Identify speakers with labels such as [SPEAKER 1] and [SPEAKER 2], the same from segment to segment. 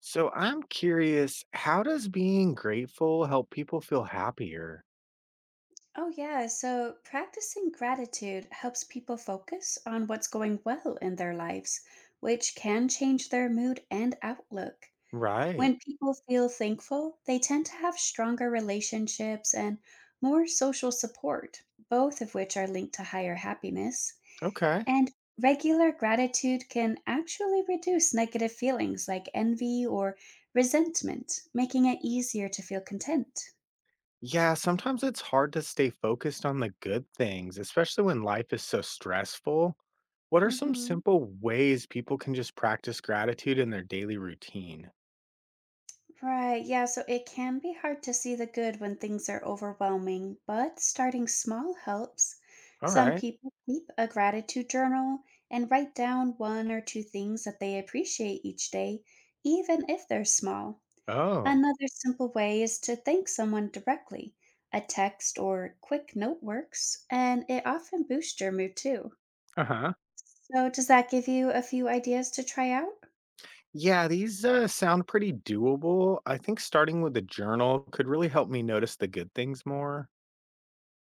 [SPEAKER 1] So I'm curious, how does being grateful help people feel happier?
[SPEAKER 2] Oh, yeah. So practicing gratitude helps people focus on what's going well in their lives, which can change their mood and outlook.
[SPEAKER 1] Right.
[SPEAKER 2] When people feel thankful, they tend to have stronger relationships and more social support, both of which are linked to higher happiness.
[SPEAKER 1] Okay.
[SPEAKER 2] And regular gratitude can actually reduce negative feelings like envy or resentment, making it easier to feel content.
[SPEAKER 1] Yeah, sometimes it's hard to stay focused on the good things, especially when life is so stressful. What are
[SPEAKER 2] Mm
[SPEAKER 1] some
[SPEAKER 2] hmm.
[SPEAKER 1] simple ways people can just practice gratitude in their daily routine?
[SPEAKER 2] Right, yeah, so it can be hard to see the good when things are overwhelming, but starting small helps.
[SPEAKER 1] All
[SPEAKER 2] Some
[SPEAKER 1] right.
[SPEAKER 2] people keep a gratitude journal and write down one or two things that they appreciate each day, even if they're small.
[SPEAKER 1] Oh.
[SPEAKER 2] Another simple way is to thank someone directly. A text or quick note works, and it often boosts your mood too.
[SPEAKER 1] Uh huh.
[SPEAKER 2] So, does that give you a few ideas to try out?
[SPEAKER 1] Yeah, these sound pretty doable. I think starting with a journal could really help me notice the good things more.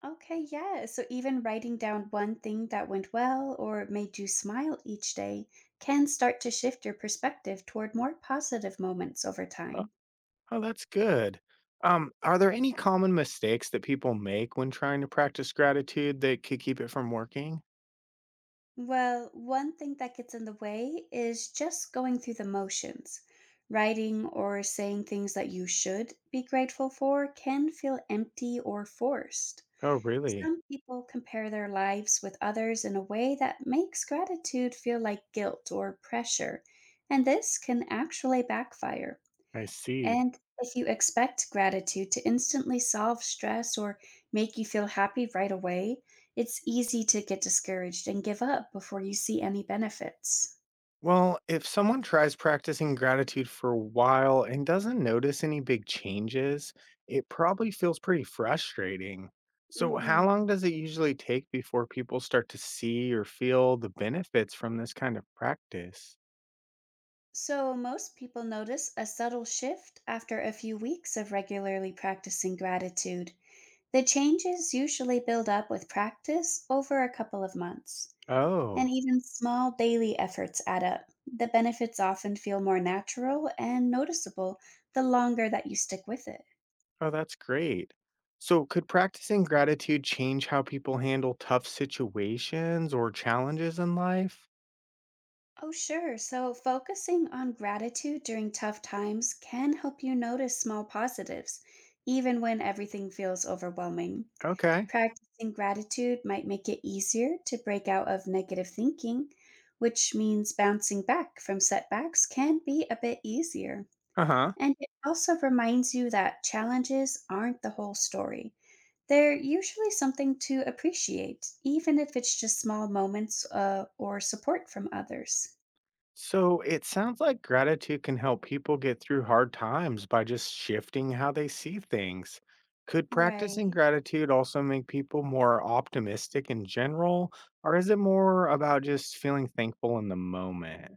[SPEAKER 2] Okay, yeah. So even writing down one thing that went well or made you smile each day can start to shift your perspective toward more positive moments over time.
[SPEAKER 1] Oh, that's good. Are there any common mistakes that people make when trying to practice gratitude that could keep it from working?
[SPEAKER 2] Well, one thing that gets in the way is just going through the motions. Writing or saying things that you should be grateful for can feel empty or forced.
[SPEAKER 1] Oh, really?
[SPEAKER 2] Some people compare their lives with others in a way that makes gratitude feel like guilt or pressure, and this can actually backfire.
[SPEAKER 1] I see.
[SPEAKER 2] And if you expect gratitude to instantly solve stress or make you feel happy right away, it's easy to get discouraged and give up before you see any benefits.
[SPEAKER 1] Well, if someone tries practicing gratitude for a while and doesn't notice any big changes, it probably feels pretty frustrating. So, how
[SPEAKER 2] Hmm.
[SPEAKER 1] long does it usually take before people start to see or feel the benefits from this kind of practice?
[SPEAKER 2] So, most people notice a subtle shift after a few weeks of regularly practicing gratitude. The changes usually build up with practice over a couple of months, and
[SPEAKER 1] Oh.
[SPEAKER 2] even small daily efforts add up. The benefits often feel more natural and noticeable the longer that you stick with it.
[SPEAKER 1] Oh, that's great. So, could practicing gratitude change how people handle tough situations or challenges in life?
[SPEAKER 2] Oh, sure. So, focusing on gratitude during tough times can help you notice small positives, even when everything feels overwhelming.
[SPEAKER 1] Okay.
[SPEAKER 2] Practicing gratitude might make it easier to break out of negative thinking, which means bouncing back from setbacks can be a bit easier.
[SPEAKER 1] Uh huh.
[SPEAKER 2] And it also reminds you that challenges aren't the whole story. They're usually something to appreciate, even if it's just small moments or support from others.
[SPEAKER 1] So, it sounds like gratitude can help people get through hard times by just shifting how they see things. Could practicing
[SPEAKER 2] Right.
[SPEAKER 1] gratitude also make people more optimistic in general, or is it more about just feeling thankful in the moment?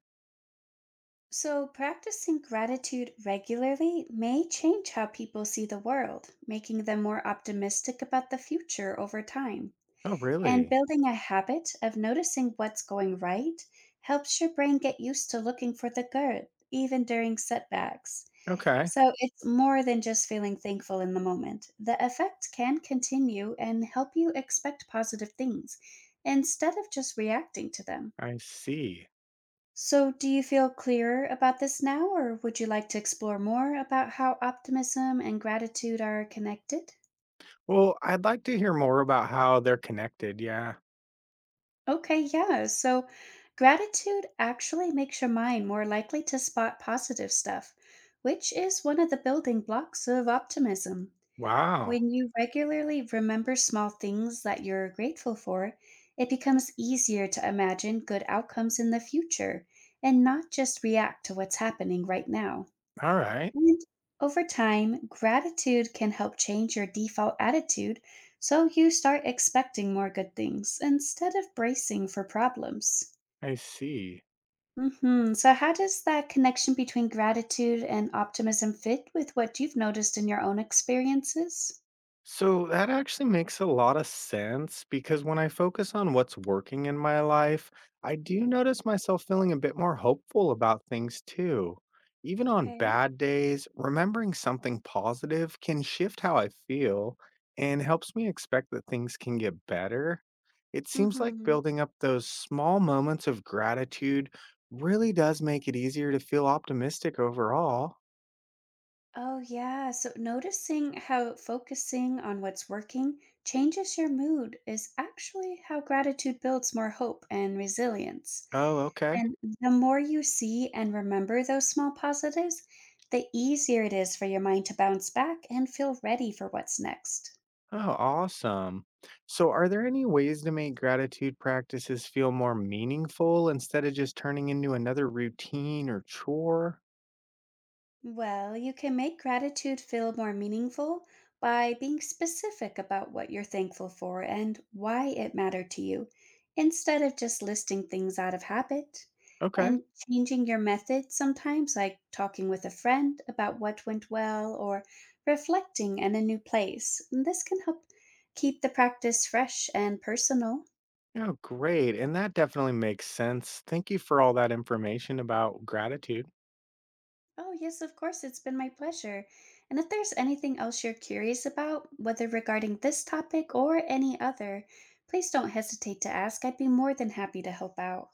[SPEAKER 2] So, practicing gratitude regularly may change how people see the world, making them more optimistic about the future over time.
[SPEAKER 1] Oh,
[SPEAKER 2] And
[SPEAKER 1] really?
[SPEAKER 2] building a habit of noticing what's going right helps your brain get used to looking for the good, even during setbacks.
[SPEAKER 1] Okay.
[SPEAKER 2] So, it's more than just feeling thankful in the moment. The effect can continue and help you expect positive things instead of just reacting to them.
[SPEAKER 1] I see.
[SPEAKER 2] So, do you feel clearer about this now, or would you like to explore more about how optimism and gratitude are connected?
[SPEAKER 1] Well, I'd like to hear more about how they're connected, yeah.
[SPEAKER 2] Okay, yeah. So, gratitude actually makes your mind more likely to spot positive stuff, which is one of the building blocks of optimism.
[SPEAKER 1] Wow,
[SPEAKER 2] When you regularly remember small things that you're grateful for, it becomes easier to imagine good outcomes in the future and not just react to what's happening right now.
[SPEAKER 1] alright,
[SPEAKER 2] And over time, gratitude can help change your default attitude so you start expecting more good things instead of bracing for problems.
[SPEAKER 1] I see.
[SPEAKER 2] Hmm. So, how does that connection between gratitude and optimism fit with what you've noticed in your own experiences?
[SPEAKER 1] So that actually makes a lot of sense because when I focus on what's working in my life, I do notice myself feeling a bit more hopeful about things too. Even on
[SPEAKER 2] Okay.
[SPEAKER 1] bad days, remembering something positive can shift how I feel and helps me expect that things can get better. It seems like
[SPEAKER 2] Hmm.
[SPEAKER 1] building up those small moments of gratitude really does make it easier to feel optimistic overall.
[SPEAKER 2] Oh, yeah. So noticing how focusing on what's working changes your mood is actually how gratitude builds more hope and resilience.
[SPEAKER 1] Oh, okay.
[SPEAKER 2] And the more you see and remember those small positives, the easier it is for your mind to bounce back and feel ready for what's next.
[SPEAKER 1] Oh, awesome. So, are there any ways to make gratitude practices feel more meaningful instead of just turning into another routine or chore?
[SPEAKER 2] Well, you can make gratitude feel more meaningful by being specific about what you're thankful for and why it mattered to you, instead of just listing things out of habit.
[SPEAKER 1] Okay.
[SPEAKER 2] And changing your method sometimes, like talking with a friend about what went well or reflecting in a new place. This can help keep the practice fresh and personal.
[SPEAKER 1] Oh, great. And that definitely makes sense. Thank you for all that information about gratitude.
[SPEAKER 2] Oh, yes, of course. It's been my pleasure. And if there's anything else you're curious about, whether regarding this topic or any other, please don't hesitate to ask. I'd be more than happy to help out.